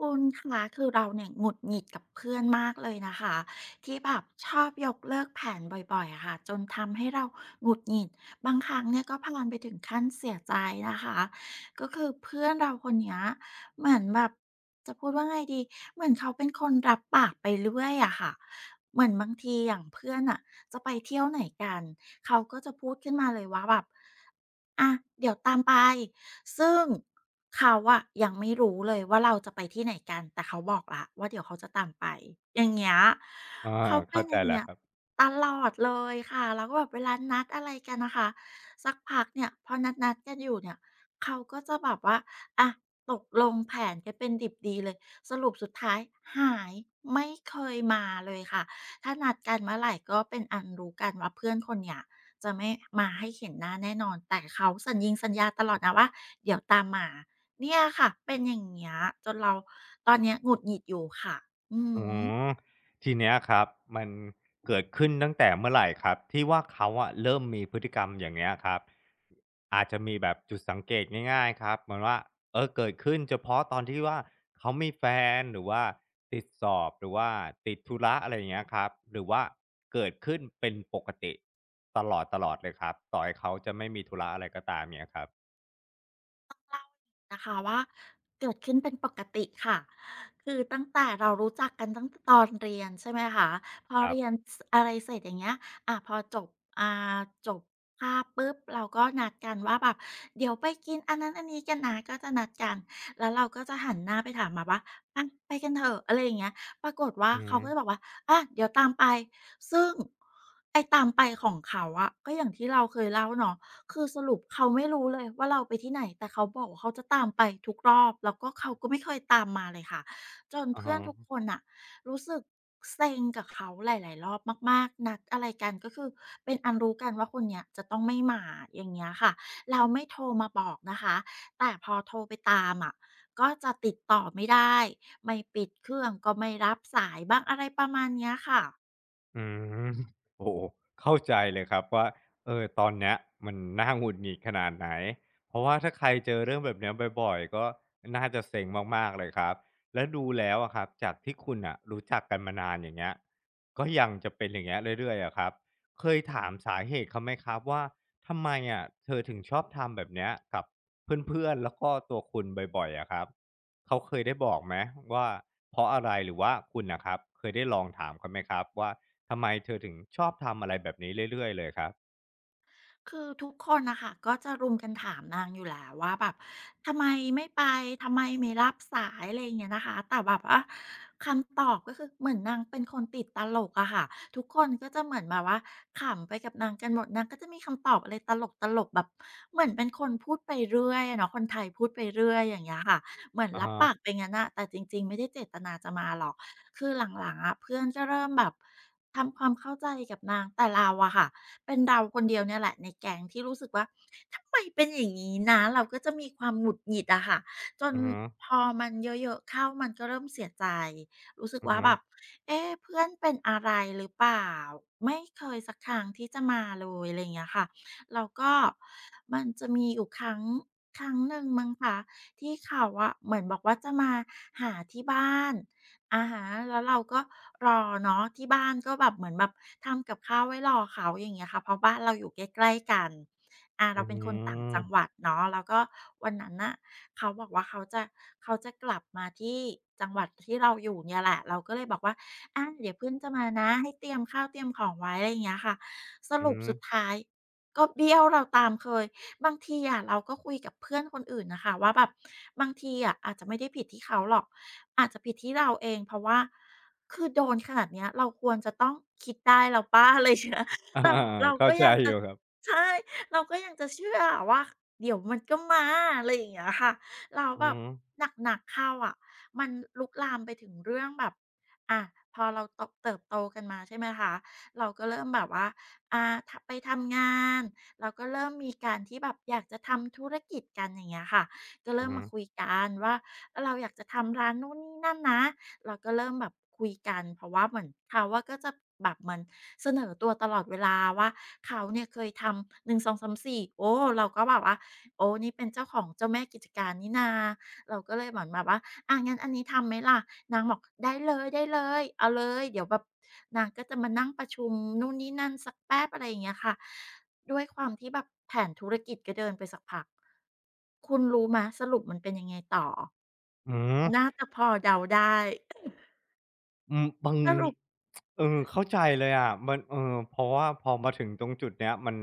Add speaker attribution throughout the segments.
Speaker 1: คุณคะคือเราเนี่ยหงุดหงิดกับเพื่อนมากเลยนะคะที่แบบชอบยกเลิกแผนบ่อยๆอะค่ะจนทำให้เราหงุดหงิดบางครั้งเนี่ยก็พลันไปถึงขั้นเสียใจนะคะก็คือเพื่อนเราคนเนี้ยเหมือนแบบจะพูดว่าไงดีเหมือนเขาเป็นคนรับปากไปเรื่อยอะค่ะเหมือนบางทีอย่างเพื่อนอะจะไปเที่ยวไหนกันเขาก็จะพูดขึ้นมาเลยว่าแบบอ่ะเดี๋ยวตามไป ซึ่งเขาอะยังไม่รู้เลยว่าเราจะไปที่ไหนกันแต่เขาบอกแล้วว่าเดี๋ยวเขาจะตามไปอย่างเงี้ย
Speaker 2: อา
Speaker 1: เขาเป็น
Speaker 2: เข้า
Speaker 1: อ
Speaker 2: ใจ
Speaker 1: ย่าง
Speaker 2: แล้
Speaker 1: เงี้
Speaker 2: ว
Speaker 1: ย
Speaker 2: ครับ
Speaker 1: ตลอดเลยค่ะแล้วก็แบบเวลานัดอะไรกันนะคะสักพักเนี่ยพอนัดกันอยู่เนี่ยเขาก็จะแบบว่าอะตกลงแผนกันเป็นดิบดีเลยสรุปสุดท้ายหายไม่เคยมาเลยค่ะถ้านัดกันเมื่อไหรก็เป็นอันรู้กันว่าเพื่อนคนเนี้ย จะไม่มาให้เห็นหน้าแน่นอนแต่เขาสัญญิงสัญญาตลอดนะว่าเดี๋ยวตามมาเนี่ยค่ะเป็นอย่างเงี้ยจนเราตอนเนี้ยหงุดหงิดอยู่ค่ะอือ
Speaker 2: อืม
Speaker 1: ฮึ
Speaker 2: ทีเนี้ยครับมันเกิดขึ้นตั้งแต่เมื่อไหร่ครับที่ว่าเขาอะเริ่มมีพฤติกรรมอย่างเงี้ยครับอาจจะมีแบบจุดสังเกตง่ายๆครับเหมือนว่าเกิดขึ้นเฉพาะตอนที่ว่าเขามีแฟนหรือว่าติดสอบหรือว่าติดธุระอะไรอย่างเงี้ยครับหรือว่าเกิดขึ้นเป็นปกติตลอดๆเลยครับต่อให้เขาจะไม่มีธุระอะไรก็ตามเงี้ยครับ
Speaker 1: นะคะว่าเกิดขึ้นเป็นปกติค่ะคือตั้งแต่เรารู้จักกันตั้งแต่ตอนเรียนใช่ไหมคะพอ
Speaker 2: ครับ
Speaker 1: เรียนอะไรเสร็จอย่างเงี้ยพอจบอ่าจบภาบปุ๊บเราก็นัดกันว่าแบบเดี๋ยวไปกินอันนั้นอันนี้กันนะก็จะนัดกันแล้วเราก็จะหันหน้าไปถามมาว่าอะไปกันเถอะอะไรอย่างเงี้ยปรากฏว่า
Speaker 2: อือ
Speaker 1: เขา
Speaker 2: ฮึ
Speaker 1: ก็จะบอกว่าอะเดี๋ยวตามไปซึ่งไอ้ตามไปของเขาอะก็อย่างที่เราเคยเล่าเนาะ คือสรุปเขาไม่รู้เลยว่าเราไปที่ไหนแต่เขาบอกว่าเขาจะตามไปทุกรอบแล้วก็เขาก็ไม่เคยตามมาเลยค่ะจน
Speaker 2: อะ
Speaker 1: เพื่อ
Speaker 2: ฮะ
Speaker 1: นทุกคนน่ะรู้สึกเซ็งกับเขาหลายๆรอบมากๆนัดอะไรกันก็คือเป็นอันรู้กันว่าคนเนี้ยจะต้องไม่มาอย่างเงี้ยค่ะเราไม่โทรมาบอกนะคะแต่พอโทรไปตามอะก็จะติดต่อไม่ได้ไม่ปิดเครื่องก็ไม่รับสายบ้างอะไรประมาณเนี้ยค่ะ
Speaker 2: อืม โอ้โหเข้าใจเลยครับว่าตอนเนี้ยมันน่าหงุดหงิดขนาดไหนเพราะว่าถ้าใครเจอเรื่องแบบเนี้ยบ่อยๆก็น่าจะเซ็งมากๆเลยครับและดูแล้วอะครับจากที่คุณอ่ะรู้จักกันมานานอย่างเงี้ยก็ยังจะเป็นอย่างเงี้ยเรื่อยๆอะครับเคยถามสาเหตุเขาไหมครับว่าทำไมอะเธอถึงชอบทำแบบเนี้ยกับเพื่อนๆแล้วก็ตัวคุณบ่อยๆอะครับเขาเคยได้บอกไหมว่าเพราะอะไรหรือว่าคุณนะครับเคยได้ลองถามเขาไหมครับว่า ทำไมเธอถึงชอบทำอะไรแบบนี้เรื่อยๆเลยครับ
Speaker 1: คือทุกคนนะคะก็จะรุมกันถามนางอยู่แล้วว่าแบบทำไมไม่ไปทำไมไม่รับสายอะไรอย่างเงี้ยนะคะแต่แบบว่าคำตอบก็คือเหมือนนางเป็นคนติดตลกอะค่ะทุกคนก็จะเหมือนแบบว่าขำไปกับนางกันหมดนางก็จะมีคำตอบอะไรตลกตลกแบบเหมือนเป็นคนพูดไปเรื่อยอะเนาะคนไทยพูดไปเรื่อยอย่างเงี้ยค่ะเหมือน
Speaker 2: อะ
Speaker 1: รับปาก
Speaker 2: ฮะ
Speaker 1: ไปงั้นนะแต่จริงๆไม่ได้เจตนาจะมาหรอกคือหลังๆอะเพื่อนก็เริ่มแบบทำความเข้าใจกับนางแต่เราอะค่ะ เป็นเราคนเดียวเนี่ยแหละในแก๊งที่รู้สึกว่าทำไมเป็นอย่างงี้นะเราก็จะมีความหงุดหงิดอะค่ะจน
Speaker 2: อือฮึ
Speaker 1: พอมันเยอะๆเข้ามันก็เริ่มเสียใจรู้สึก
Speaker 2: อือ
Speaker 1: ว่า
Speaker 2: ฮึ
Speaker 1: แบบเอ๊ะเพื่อนเป็นอะไรหรือเปล่าไม่เคยสักครั้งที่จะมาเลยอะไรอย่างเงี้ยค่ะแล้วก็มันจะมีอยู่ครั้งหนึ่งมั้งคะที่เขาอะเหมือนบอกว่าจะมาหาที่บ้าน อะฮะแล้วเราก็รอเนาะที่บ้านก็แบบเหมือนแบบทำกับข้าวไว้รอเขาอย่างเงี้ยค่ะเพราะบ้านเราอยู่ใกล้ๆกันอา
Speaker 2: อื
Speaker 1: เราเป็นคนต่างจังหวัด
Speaker 2: ม
Speaker 1: เนาะแล้วก็วันนั้นน่ะเขาบอกว่าเขาจะกลับมาที่จังหวัดที่เราอยู่เนี่ยแหละเราก็เลยบอกว่าอาเดี๋ยวเพื่อนจะมานะให้เตรียมข้าวเตรียมของไว้อะไรอย่างเงี้ยค่ะส
Speaker 2: อือ
Speaker 1: รุป
Speaker 2: ฮึ
Speaker 1: สุดท้ายก็เบี้ยวเราตามเคยบางทีอะเราก็คุยกับเพื่อนคนอื่นน่ะค่ะว่าแบบบางทีอะอาจจะไม่ได้ผิดที่เขาหรอก อาจจะผิดที่เราเองเพราะว่าคือโดนขนาดเนี้ยเราควรจะต้องคิดได้แล้วเปล่า อะไรเงี้ย
Speaker 2: อา
Speaker 1: แต่แบบเรา
Speaker 2: เข้า
Speaker 1: ก็
Speaker 2: ใจ
Speaker 1: ยัง
Speaker 2: อ
Speaker 1: จะ
Speaker 2: ยู่ครับ
Speaker 1: ใช่เราก็ยังจะเชื่ออะว่าเดี๋ยวมันก็มาอะไรอย่างเงี้ยค่ะแล้ว
Speaker 2: อือ
Speaker 1: แบบ
Speaker 2: ฮึ
Speaker 1: หนักๆเข้าอะมันลุกลามไปถึงเรื่องแบบอะพอเราโตะเติบโตกันมาใช่ไหมคะเราก็เริ่มแบบว่าทไปทำงานเราก็เริ่มมีการที่แบบอยากจะทำธุรกิจกันอย่างเงี้ยค่ะ ก็
Speaker 2: อื
Speaker 1: เริ่
Speaker 2: อ
Speaker 1: ม
Speaker 2: ฮึ
Speaker 1: มาคุยกันว่าเออเราอยากจะทำร้านนู่นนี่นั่นนะเราก็เริ่มแบบคุยกันเพราะว่าเหมือนเขาอะก็จะแบบเหมือนเสนอตัวตลอดเวลาว่าเขาเนี่ยเคยทำ1 2 3 4โอ้เราก็แบบว่าโอ้นี่เป็นเจ้าของเจ้าแม่กิจการนี่นาเราก็เลยเหมือนแบบว่าอางั้นอันนี้ทำไหมล่ะนางบอกได้เลยๆเลยเอาเลยเดี๋ยวแบบนางก็จะมานั่งประชุมนู่นนี่นั่นสักแป๊บอะไรอย่างเงี้ยค่ะ ด้วยความที่แบบแผนธุรกิจก็เดินไปสักพักคุณรู้ไหมสรุปมันเป็นยังไงต่อ
Speaker 2: อืม
Speaker 1: น่าจะพอเดาได้
Speaker 2: อืมบาง
Speaker 1: สรุป
Speaker 2: เข้าใจเลยอะมันเพราะว่าพอมาถึงตรงจุดเนี้ยมัน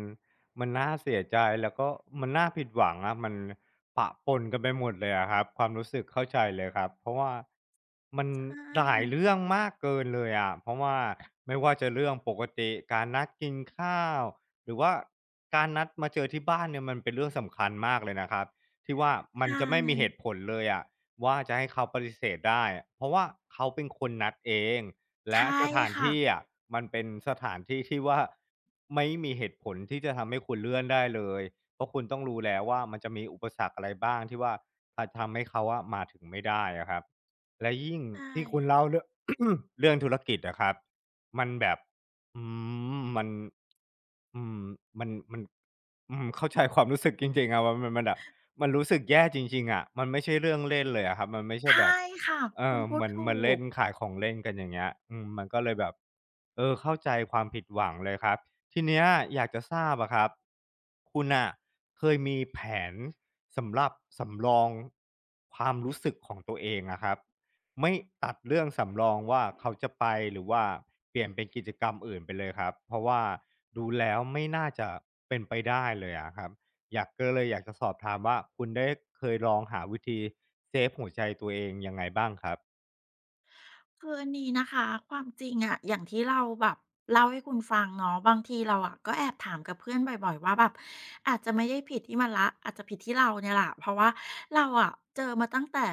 Speaker 2: มันน่าเสียใจแล้วก็มันน่าผิดหวังอะมันปะปนกันไปหมดเลยอะครับความรู้สึกเข้าใจเลยครับเพราะว่ามัน
Speaker 1: ใช่
Speaker 2: หลายเรื่องมากเกินเลยอะเพราะว่าไม่ว่าจะเรื่องปกติการนัดกินข้าวหรือว่าการนัดมาเจอที่บ้านเนี่ยมันเป็นเรื่องสำคัญมากเลยนะครับที่ว่ามัน
Speaker 1: ใช่
Speaker 2: จะไม่มีเหตุผลเลยอะ ว่าจะให้เขาปฏิเสธได้อะเพราะว่าเขาเป็นคนนัดเองและ
Speaker 1: ใช่
Speaker 2: สถาน
Speaker 1: ค่ะ
Speaker 2: ที่อะมันเป็นสถานที่ที่ว่าไม่มีเหตุผลที่จะทำให้คุณเลื่อนได้เลยเพราะคุณต้องรู้แล้วว่ามันจะมีอุปสรรคอะไรบ้างที่ว่าทำให้เขาอะมาถึงไม่ได้อะครับและยิ่ง
Speaker 1: ใช่
Speaker 2: ที่คุณเล่าเรื่อง เรื่องธุรกิจนะครับมันแบบอืมันอืมมัน เข้าใจ ความรู้สึกจริงๆอะว่ามันแบบมันรู้สึกแย่จริงๆอะมันไม่ใช่เรื่องเล่นเลยอะครับมันไม่ใช่
Speaker 1: ใช่
Speaker 2: แบบ
Speaker 1: ค่ะคุณพู
Speaker 2: เห
Speaker 1: ด
Speaker 2: มือน
Speaker 1: ถู
Speaker 2: เหมือนเล่
Speaker 1: ก
Speaker 2: นขายของเล่นกันอย่างเงี้ยมันก็เลยแบบเข้าใจความผิดหวังเลยครับทีเนี้ยอยากจะทราบอะครับคุณน่ะเคยมีแผนสำหรับสำรองความรู้สึกของตัวเองอะครับ ไม่ตัดเรื่องสำรองว่าเขาจะไปหรือว่าเปลี่ยนเป็นกิจกรรมอื่นไปเลยครับเพราะว่าดูแล้วไม่น่าจะเป็นไปได้เลยอะครับอยากก็เลยอยากจะสอบถามว่าคุณได้เคยลองหาวิธีเซฟหัวใจตัวเองยังไงบ้างครับ
Speaker 1: คืออันนี้นะคะความจริงอะอย่างที่เราแบบเล่าให้คุณฟังเนาะบางทีเราอะก็แอบถามกับเพื่อนบ่อยๆว่าแบบอาจจะไม่ได้ผิดที่มันละอาจจะผิดที่เราเนี่ยแหละเพราะว่าเราอะเจอมาตั้งแต่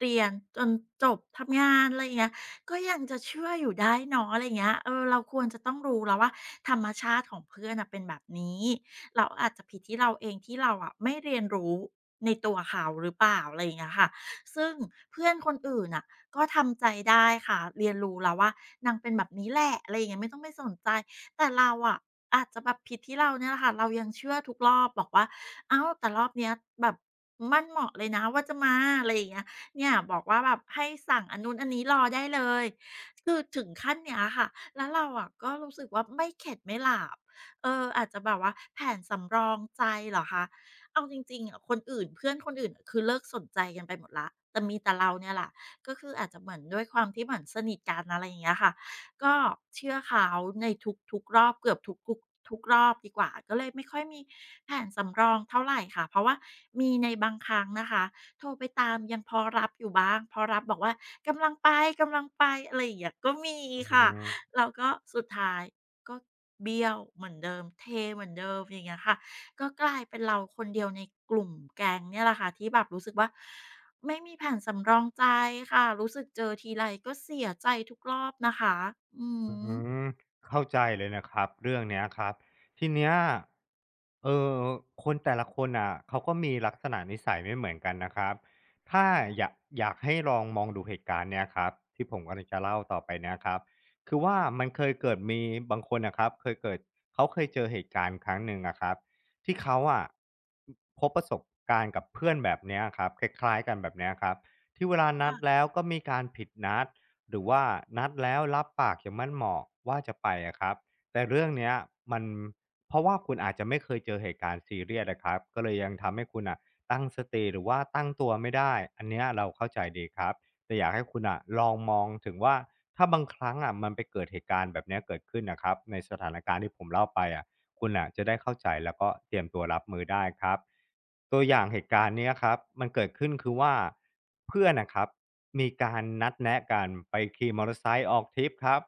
Speaker 1: เรียนจนจบทำงานอะไรเงี้ยก็ยังจะเชื่ออยู่ได้เนาะอะไรเงี้ยเออเราควรจะต้องรู้แล้วว่าธรรมชาติของเพื่อนอะเป็นแบบนี้เราอาจจะผิดที่เราเองที่เราอะไม่เรียนรู้ในตัวเขาหรือเปล่าอะไรอย่างเงี้ยค่ะซึ่งเพื่อนคนอื่นอะ ก็ทำใจได้ค่ะเรียนรู้แล้วว่านางเป็นแบบนี้แหละอะไรอย่างเงี้ยไม่ต้องไปสนใจแต่เราอะอาจจะแบบผิดที่เราเนี่ยแหละค่ะเรายังเชื่อทุกรอบบอกว่าอ้าวแต่รอบเนี้ยแบบมั่นเหมาะเลยนะว่าจะมาอะไรอย่างเงี้ยเนี่ยบอกว่าแบบให้สั่งอันนู้นอันนี้รอได้เลยคือถึงขั้นเนี้ยค่ะแล้วเราอะก็รู้สึกว่าไม่เข็ดไม่หลาบเอออาจจะแบบว่าแผนสำรองใจเหรอคะเอาจริงๆอะคนอื่นเพื่อนคนอื่นคือเลิกสนใจกันไปหมดแล้วแต่มีแต่เราเนี่ยแหละ ก็คืออาจจะเหมือนด้วยความที่เหมือนสนิทกันอะไรอย่างเงี้ยค่ะก็เชื่อเขาในทุกๆรอบเกือบทุกๆรอบดีกว่าก็เลยไม่ค่อยมีแผนสำรองเท่าไรค่ะเพราะว่ามีในบางครั้งนะคะโทรไปตามยังพอรับอยู่บ้างพอรับบอกว่ากำลังไปกำลังไปอะไรอย่างเงี้ยก็มี
Speaker 2: อื
Speaker 1: ค่ะ
Speaker 2: ม
Speaker 1: แล้วก็สุดท้ายก็เบี้ยวเหมือนเดิมเทเหมือนเดิมอย่างเงี้ยค่ะ ก็กลายเป็นเราคนเดียวในกลุ่มแก๊งเนี่ยแหละค่ะที่แบบรู้สึกว่าไม่มีแผนสำรองใจค่ะรู้สึกเจอทีไรก็เสียใจทุกรอบนะคะอื
Speaker 2: อื
Speaker 1: ม
Speaker 2: มเข้าใจเลยนะครับเรื่องเนี้ยครับทีเนี้ยเออคนแต่ละคนอ่ะเขาก็มีลักษณะนิสัยไม่เหมือนกันนะครับถ้าอยากอยากให้ลองมองดูเหตุการณ์เนี้ยครับที่ผมกำลังจะเล่าต่อไปเนี้ยครับคือว่ามันเคยเกิดมีบางคนนะครับเคยเกิดเขาเคยเจอเหตุการณ์ครั้งหนึ่งนะครับที่เขาอะพบประสบการณ์กับเพื่อนแบบเนี้ยครับคล้ายๆกันแบบเนี้ยครับที่เวลานัดแล้วก็มีการผิดนัด หรือว่านัดแล้วรับปากอย่างมั่นเหมาะว่าจะไปอะครับแต่เรื่องเนี้ยมันเพราะว่าคุณอาจจะไม่เคยเจอเหตุการณ์ซีเรียสอะครับก็เลยยังทำให้คุณอ่ะตั้งสติหรือว่าตั้งตัวไม่ได้อันเนี้ยเราเข้าใจดีครับแต่อยากให้คุณนะลองมองถึงว่าถ้าบางครั้งอะมันไปเกิดเหตุการณ์แบบเนี้ยเกิดขึ้นนะครับในสถานการณ์ที่ผมเล่าไปอะ คุณอ่ะจะได้เข้าใจแล้วก็เตรียมตัวรับมือได้ครับตัวอย่างเหตุการณ์
Speaker 1: ค่ะ
Speaker 2: เนี้ยครับมันเกิดขึ้นคือว่าเพื่อนน่ะครับมีการนัดแนะกันไปขี่มอเตอร์ไซค์ออกทริปครับ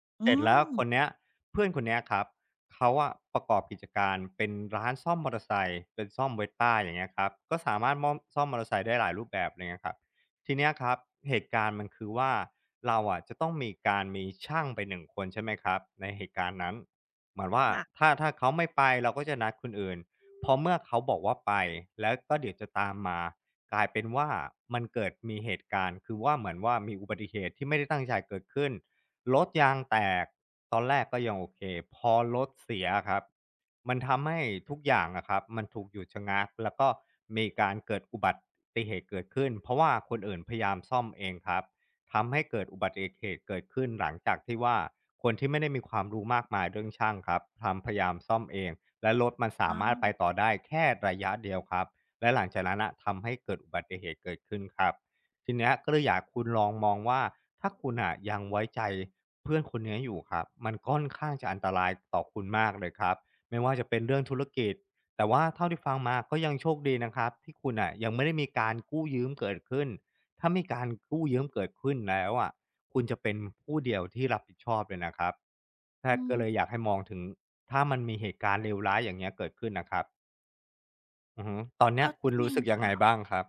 Speaker 1: ๆอื
Speaker 2: เสร็จแล้ว
Speaker 1: ม
Speaker 2: คนเนี้ยเพื่อนคนเนี้ยครับเขาอะประกอบกิจการเป็นร้านซ่อมมอเตอร์ไซค์เป็นซ่อม Vespa อย่างเงี้ยครับก็สามารถม่อมซ่อมมอเตอร์ไซค์ได้หลายรูปแบบเงี้ยนะครับทีเนี้ยครับเหตุการณ์มันคือว่าเราอะจะต้องมีการมีช่างไปหนึ่งคนใช่ไหมครับในเหตุการณ์นั้น เหมือนว่า
Speaker 1: ค่ะ
Speaker 2: ถ้าเขาไม่ไปเราก็จะนัดคนอื่นพอเมื่อเขาบอกว่าไปแล้วก็เดี๋ยวจะตามมากลายเป็นว่ามันเกิดมีเหตุการณ์คือว่าเหมือนว่ามีอุบัติเหตุที่ไม่ได้ตั้งใจเกิดขึ้นรถยางแตกตอนแรกก็ยังโอเคพอรถเสียครับมันทำให้ทุกอย่างอะครับมันถูกหยุดชะงักแล้วก็มีการเกิดอุบัติเหตุเกิดขึ้นเพราะว่าคนอื่นพยายามซ่อมเองครับ ทำให้เกิดอุบัติเหตุเกิดขึ้นหลังจากที่ว่าคนที่ไม่ได้มีความรู้มากมายเรื่องช่างครับทำพยายามซ่อมเองและรถมัน
Speaker 1: อ๋อ
Speaker 2: สามารถไปต่อได้แค่ระยะเดียวครับและหลังจากนั้นนะทำให้เกิดอุบัติเหตุเกิดขึ้นครับทีเนี้ยก็เลยอยากคุณลองมองว่าถ้าคุณอ่ะยังไว้ใจเพื่อนคนเนี้ยอยู่ครับมันค่อนข้างจะอันตรายต่อคุณมากเลยครับไม่ว่าจะเป็นเรื่องธุรกิจแต่ว่าเท่าที่ฟังมาก็ยังโชคดีนะครับที่คุณอ่ะยังไม่ได้มีการกู้ยืมเกิดขึ้น ถ้ามีการกู้ยืมเกิดขึ้นแล้วอะคุณจะเป็นผู้เดียวที่รับผิดชอบเลยนะครับถ้า
Speaker 1: อืม
Speaker 2: ก็เลยอยากให้มองถึงถ้ามันมีเหตุการณ์เลวร้ายอย่างเงี้ยเกิดขึ้นนะครับอือฮึตอนเนี้
Speaker 1: ก็
Speaker 2: ยคุ
Speaker 1: จ
Speaker 2: ณ
Speaker 1: ริ
Speaker 2: รู้
Speaker 1: ง
Speaker 2: สึกยังไง
Speaker 1: ค่ะ
Speaker 2: บ้างครับ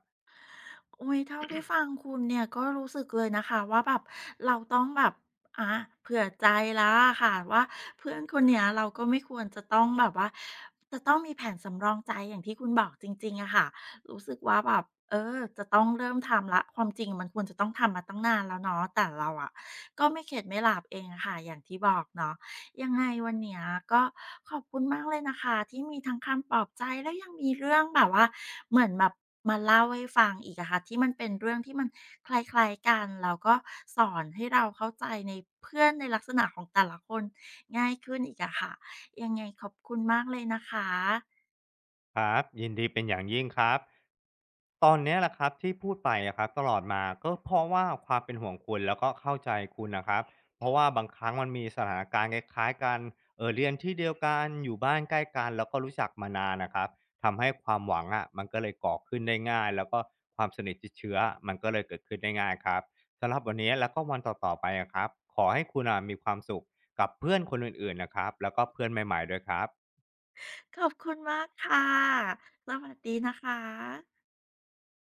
Speaker 1: โอ้ยเท่าที่ฟังคุณเนี่ยก็รู้สึกเลยนะคะว่าแบบเราต้องแบบอาเผื่อใจแล้วอะค่ะว่าเพื่อนคนเนี้ยเราก็ไม่ควรจะต้องแบบว่าจะต้องมีแผนสำรองใจอย่างที่คุณบอกจริงๆอะค่ะรู้สึกว่าแบบเออจะต้องเริ่มทำแล้วความจริงมันควรจะต้องทำมาตั้งนานแล้วเนาะแต่เราอะก็ไม่เข็ดไม่หลาบเองอะค่ะอย่างที่บอกเนาะ ยังไงวันเนี้ยก็ขอบคุณมากเลยนะคะที่มีทั้งคำปลอบใจและยังมีเรื่องแบบว่าเหมือนแบบมาเล่าให้ฟังอีกอะค่ะที่มันเป็นเรื่องที่มันคล้ายๆกันแล้วก็สอนให้เราเข้าใจในเพื่อนในลักษณะของแต่ละคนง่ายขึ้นอีกอะค่ะยังไงขอบคุณมากเลยนะคะ
Speaker 2: ครับยินดีเป็นอย่างยิ่งครับ ตอนเนี้ยแหละครับที่พูดไปอะครับตลอดมาก็เพราะว่าความเป็นห่วงคุณแล้วก็เข้าใจคุณนะครับเพราะว่าบางครั้งมันมีสถานการณ์คล้ายๆกันเรียนที่เดียวกันอยู่บ้านใกล้กันแล้วก็รู้จักมานานนะครับทำให้ความหวังอะมันก็เลยก่อขึ้นได้ง่ายแล้วก็ความสนิทชิดเชื้อมันก็เลยเกิดขึ้นได้ง่ายครับสำหรับวันนี้แล้วก็วันต่อๆไปอะครับขอให้คุณนะมีความสุขกับเพื่อนคนอื่นๆนะครับแล้วก็เพื่อนใหม่ๆด้วยครับ
Speaker 1: ขอบคุณมากค่ะสวัสดีนะคะ